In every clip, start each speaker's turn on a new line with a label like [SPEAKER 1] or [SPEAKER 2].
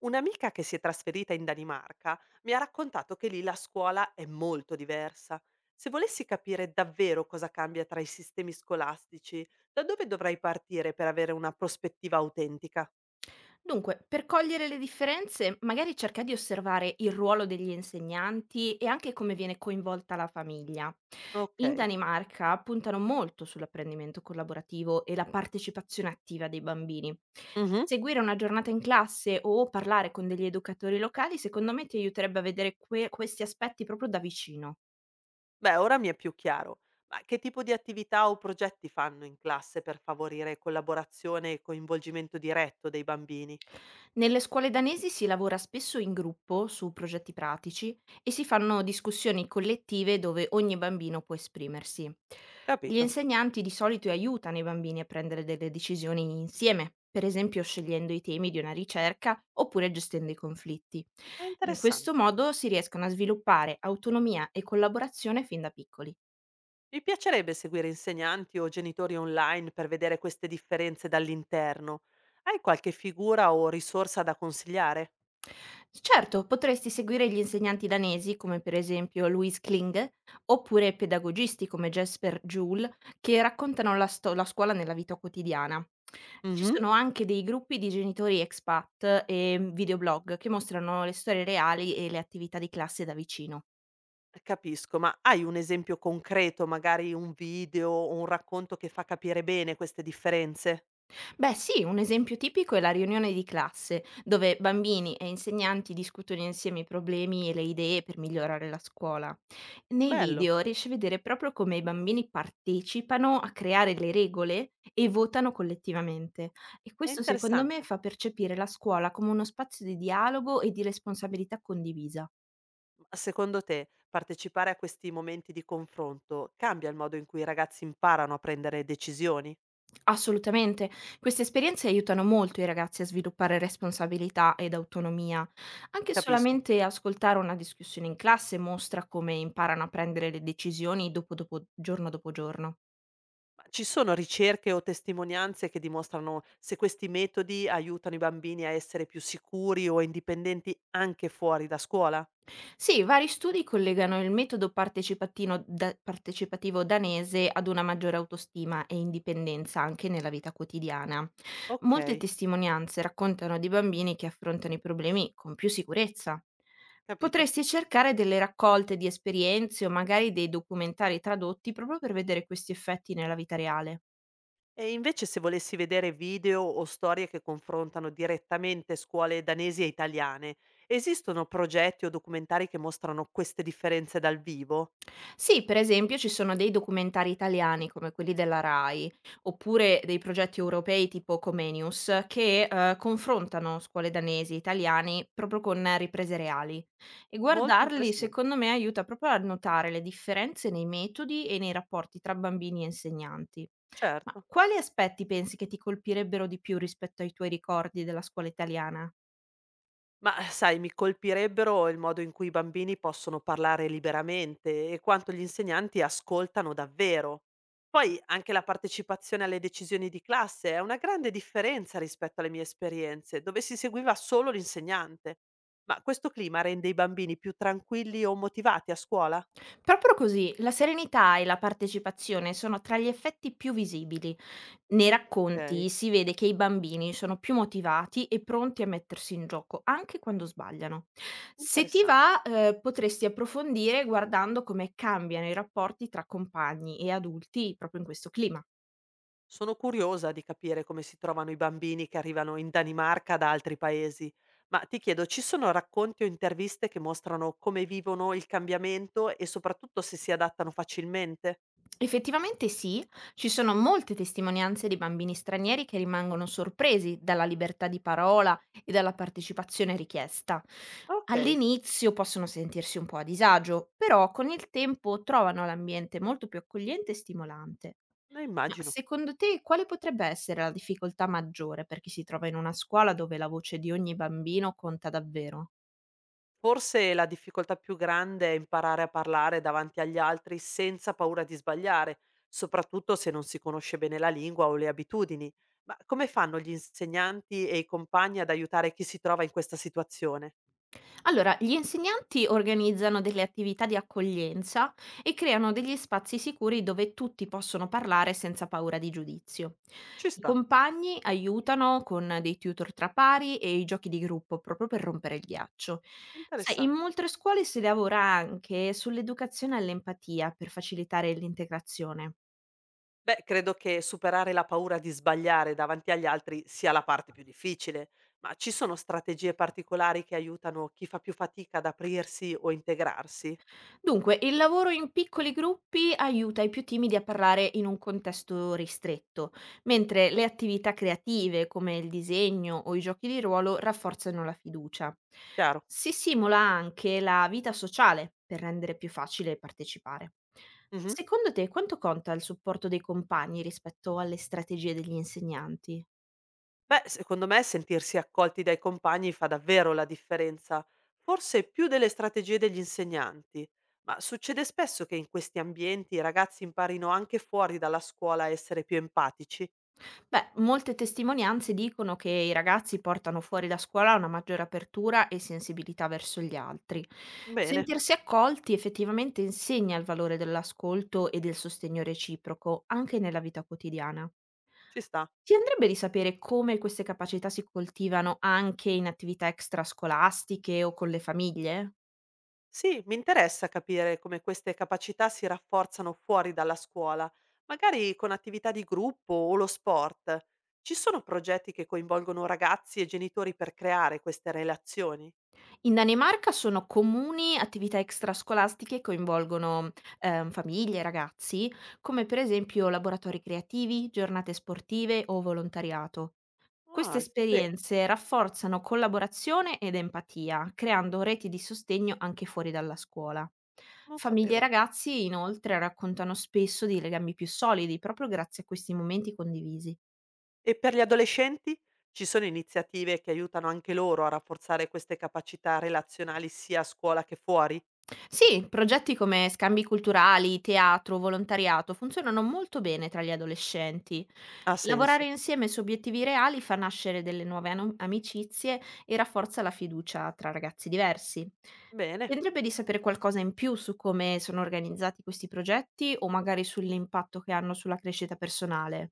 [SPEAKER 1] Un'amica che si è trasferita in Danimarca mi ha raccontato che lì la scuola è molto diversa. Se volessi capire davvero cosa cambia tra i sistemi scolastici, da dove dovrei partire per avere una prospettiva autentica?
[SPEAKER 2] Dunque, per cogliere le differenze, magari cerca di osservare il ruolo degli insegnanti e anche come viene coinvolta la famiglia. In
[SPEAKER 1] Ok.
[SPEAKER 2] Danimarca puntano molto sull'apprendimento collaborativo e la partecipazione attiva dei bambini.
[SPEAKER 1] Mhm.
[SPEAKER 2] Seguire una giornata in classe o parlare con degli educatori locali, secondo me, ti aiuterebbe a vedere questi aspetti proprio da vicino.
[SPEAKER 1] Beh, ora mi è più chiaro. Ma che tipo di attività o progetti fanno in classe per favorire collaborazione e coinvolgimento diretto dei bambini?
[SPEAKER 2] Nelle scuole danesi si lavora spesso in gruppo su progetti pratici e si fanno discussioni collettive dove ogni bambino può esprimersi. Gli
[SPEAKER 1] Capito.
[SPEAKER 2] insegnanti di solito aiutano i bambini a prendere delle decisioni insieme, per esempio scegliendo i temi di una ricerca oppure gestendo i conflitti.
[SPEAKER 1] È
[SPEAKER 2] In questo
[SPEAKER 1] interessante.
[SPEAKER 2] modo si riescono a sviluppare autonomia e collaborazione fin da piccoli.
[SPEAKER 1] Mi piacerebbe seguire insegnanti o genitori online per vedere queste differenze dall'interno. Hai qualche figura o risorsa da consigliare?
[SPEAKER 2] Certo, potresti seguire gli insegnanti danesi, come per esempio Louise Kling, oppure pedagogisti come Jesper Juul, che raccontano la scuola nella vita quotidiana. Ci
[SPEAKER 1] Mhm.
[SPEAKER 2] sono anche dei gruppi di genitori expat e videoblog che mostrano le storie reali e le attività di classe da vicino.
[SPEAKER 1] Capisco, ma hai un esempio concreto, magari un video o un racconto che fa capire bene queste differenze?
[SPEAKER 2] Beh sì, un esempio tipico è la riunione di classe, dove bambini e insegnanti discutono insieme i problemi e le idee per migliorare la scuola. Nei
[SPEAKER 1] Bello,
[SPEAKER 2] video riesci a vedere proprio come i bambini partecipano a creare le regole e votano collettivamente. E
[SPEAKER 1] è
[SPEAKER 2] questo secondo me
[SPEAKER 1] interessante.
[SPEAKER 2] fa percepire la scuola come uno spazio di dialogo e di responsabilità condivisa.
[SPEAKER 1] Ma secondo te partecipare a questi momenti di confronto cambia il modo in cui i ragazzi imparano a prendere decisioni?
[SPEAKER 2] Assolutamente. Queste esperienze aiutano molto i ragazzi a sviluppare responsabilità ed autonomia. Anche
[SPEAKER 1] Capisco.
[SPEAKER 2] solamente ascoltare una discussione in classe mostra come imparano a prendere le decisioni giorno dopo giorno.
[SPEAKER 1] Ci sono ricerche o testimonianze che dimostrano se questi metodi aiutano i bambini a essere più sicuri o indipendenti anche fuori da scuola?
[SPEAKER 2] Sì, vari studi collegano il metodo partecipatino da partecipativo danese ad una maggiore autostima e indipendenza anche nella vita quotidiana.
[SPEAKER 1] Ok,
[SPEAKER 2] Molte testimonianze raccontano di bambini che affrontano i problemi con più sicurezza.
[SPEAKER 1] capito.
[SPEAKER 2] Potresti cercare delle raccolte di esperienze o magari dei documentari tradotti proprio per vedere questi effetti nella vita reale.
[SPEAKER 1] E invece se volessi vedere video o storie che confrontano direttamente scuole danesi e italiane, esistono progetti o documentari che mostrano queste differenze dal vivo?
[SPEAKER 2] Sì, per esempio ci sono dei documentari italiani come quelli della Rai, oppure dei progetti europei tipo Comenius che confrontano scuole danesi e italiani proprio con riprese reali. E
[SPEAKER 1] Molto
[SPEAKER 2] guardarli
[SPEAKER 1] interessante,
[SPEAKER 2] secondo me aiuta proprio a notare le differenze nei metodi e nei rapporti tra bambini e insegnanti. Ma
[SPEAKER 1] certo.
[SPEAKER 2] quali aspetti pensi che ti colpirebbero di più rispetto ai tuoi ricordi della scuola italiana?
[SPEAKER 1] Ma sai, mi colpirebbero il modo in cui i bambini possono parlare liberamente e quanto gli insegnanti ascoltano davvero. Poi anche la partecipazione alle decisioni di classe è una grande differenza rispetto alle mie esperienze, dove si seguiva solo l'insegnante. Ma questo clima rende i bambini più tranquilli o motivati a scuola?
[SPEAKER 2] Proprio così, la serenità e la partecipazione sono tra gli effetti più visibili. Nei
[SPEAKER 1] Ok,
[SPEAKER 2] racconti si vede che i bambini sono più motivati e pronti a mettersi in gioco, anche quando sbagliano. Se ti
[SPEAKER 1] interessante.
[SPEAKER 2] va, potresti approfondire guardando come cambiano i rapporti tra compagni e adulti proprio in questo clima.
[SPEAKER 1] Sono curiosa di capire come si trovano i bambini che arrivano in Danimarca da altri paesi, ma ti chiedo, ci sono racconti o interviste che mostrano come vivono il cambiamento e soprattutto se si adattano facilmente?
[SPEAKER 2] Effettivamente sì, ci sono molte testimonianze di bambini stranieri che rimangono sorpresi dalla libertà di parola e dalla partecipazione richiesta.
[SPEAKER 1] Ok,
[SPEAKER 2] All'inizio possono sentirsi un po' a disagio, però con il tempo trovano l'ambiente molto più accogliente e stimolante.
[SPEAKER 1] ne
[SPEAKER 2] Ma
[SPEAKER 1] immagino.
[SPEAKER 2] secondo te quale potrebbe essere la difficoltà maggiore per chi si trova in una scuola dove la voce di ogni bambino conta davvero?
[SPEAKER 1] Forse la difficoltà più grande è imparare a parlare davanti agli altri senza paura di sbagliare, soprattutto se non si conosce bene la lingua o le abitudini. Ma come fanno gli insegnanti e i compagni ad aiutare chi si trova in questa situazione?
[SPEAKER 2] Allora, gli insegnanti organizzano delle attività di accoglienza e creano degli spazi sicuri dove tutti possono parlare senza paura di giudizio.
[SPEAKER 1] Ci
[SPEAKER 2] I
[SPEAKER 1] sta,
[SPEAKER 2] compagni aiutano con dei tutor tra pari e i giochi di gruppo proprio per rompere il ghiaccio.
[SPEAKER 1] è
[SPEAKER 2] Sai, in
[SPEAKER 1] interessante.
[SPEAKER 2] molte scuole si lavora anche sull'educazione all'empatia per facilitare l'integrazione.
[SPEAKER 1] Beh, credo che superare la paura di sbagliare davanti agli altri sia la parte più difficile, ma ci sono strategie particolari che aiutano chi fa più fatica ad aprirsi o integrarsi?
[SPEAKER 2] Dunque, il lavoro in piccoli gruppi aiuta i più timidi a parlare in un contesto ristretto, mentre le attività creative come il disegno o i giochi di ruolo rafforzano la fiducia.
[SPEAKER 1] Chiaro.
[SPEAKER 2] Si simula anche la vita sociale per rendere più facile partecipare.
[SPEAKER 1] Mhm.
[SPEAKER 2] Secondo te quanto conta il supporto dei compagni rispetto alle strategie degli insegnanti?
[SPEAKER 1] Beh, secondo me sentirsi accolti dai compagni fa davvero la differenza, forse più delle strategie degli insegnanti, ma succede spesso che in questi ambienti i ragazzi imparino anche fuori dalla scuola a essere più empatici.
[SPEAKER 2] Beh, molte testimonianze dicono che i ragazzi portano fuori da scuola una maggiore apertura e sensibilità verso gli altri.
[SPEAKER 1] Bene,
[SPEAKER 2] Sentirsi accolti effettivamente insegna il valore dell'ascolto e del sostegno reciproco, anche nella vita quotidiana.
[SPEAKER 1] ci sta.
[SPEAKER 2] Ti andrebbe di sapere come queste capacità si coltivano anche in attività extrascolastiche o con le famiglie?
[SPEAKER 1] Sì, mi interessa capire come queste capacità si rafforzano fuori dalla scuola, magari con attività di gruppo o lo sport. Ci sono progetti che coinvolgono ragazzi e genitori per creare queste relazioni?
[SPEAKER 2] In Danimarca sono comuni attività extrascolastiche che coinvolgono, famiglie e ragazzi, come per esempio laboratori creativi, giornate sportive o volontariato. Queste
[SPEAKER 1] Ah, beh,
[SPEAKER 2] esperienze rafforzano collaborazione ed empatia, creando reti di sostegno anche fuori dalla scuola.
[SPEAKER 1] non
[SPEAKER 2] Famiglie e
[SPEAKER 1] sapevo.
[SPEAKER 2] ragazzi inoltre raccontano spesso di legami più solidi proprio grazie a questi momenti condivisi.
[SPEAKER 1] E per gli adolescenti? Ci sono iniziative che aiutano anche loro a rafforzare queste capacità relazionali sia a scuola che fuori?
[SPEAKER 2] Sì, progetti come scambi culturali, teatro, volontariato funzionano molto bene tra gli adolescenti.
[SPEAKER 1] Ha
[SPEAKER 2] Lavorare
[SPEAKER 1] senso.
[SPEAKER 2] insieme su obiettivi reali fa nascere delle amicizie e rafforza la fiducia tra ragazzi diversi. Ti
[SPEAKER 1] Bene.
[SPEAKER 2] andrebbe di sapere qualcosa in più su come sono organizzati questi progetti o magari sull'impatto che hanno sulla crescita personale?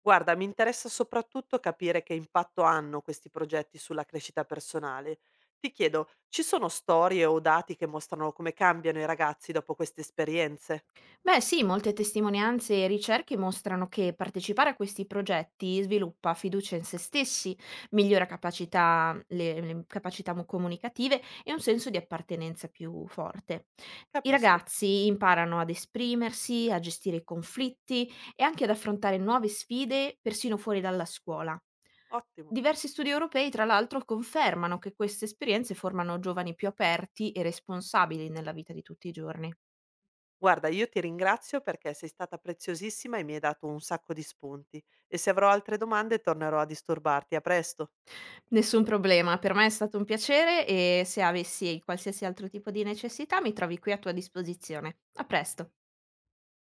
[SPEAKER 1] Guarda, mi interessa soprattutto capire che impatto hanno questi progetti sulla crescita personale. Ti chiedo, ci sono storie o dati che mostrano come cambiano i ragazzi dopo queste esperienze?
[SPEAKER 2] Beh sì, molte testimonianze e ricerche mostrano che partecipare a questi progetti sviluppa fiducia in se stessi, migliora le capacità comunicative e un senso di appartenenza più forte. I
[SPEAKER 1] Capisco,
[SPEAKER 2] ragazzi imparano ad esprimersi, a gestire i conflitti e anche ad affrontare nuove sfide persino fuori dalla scuola.
[SPEAKER 1] ottimo.
[SPEAKER 2] Diversi studi europei, tra l'altro, confermano che queste esperienze formano giovani più aperti e responsabili nella vita di tutti i giorni.
[SPEAKER 1] Guarda, io ti ringrazio perché sei stata preziosissima e mi hai dato un sacco di spunti. E se avrò altre domande tornerò a disturbarti. A presto.
[SPEAKER 2] Nessun problema, per me è stato un piacere e se avessi qualsiasi altro tipo di necessità mi trovi qui a tua disposizione. A presto.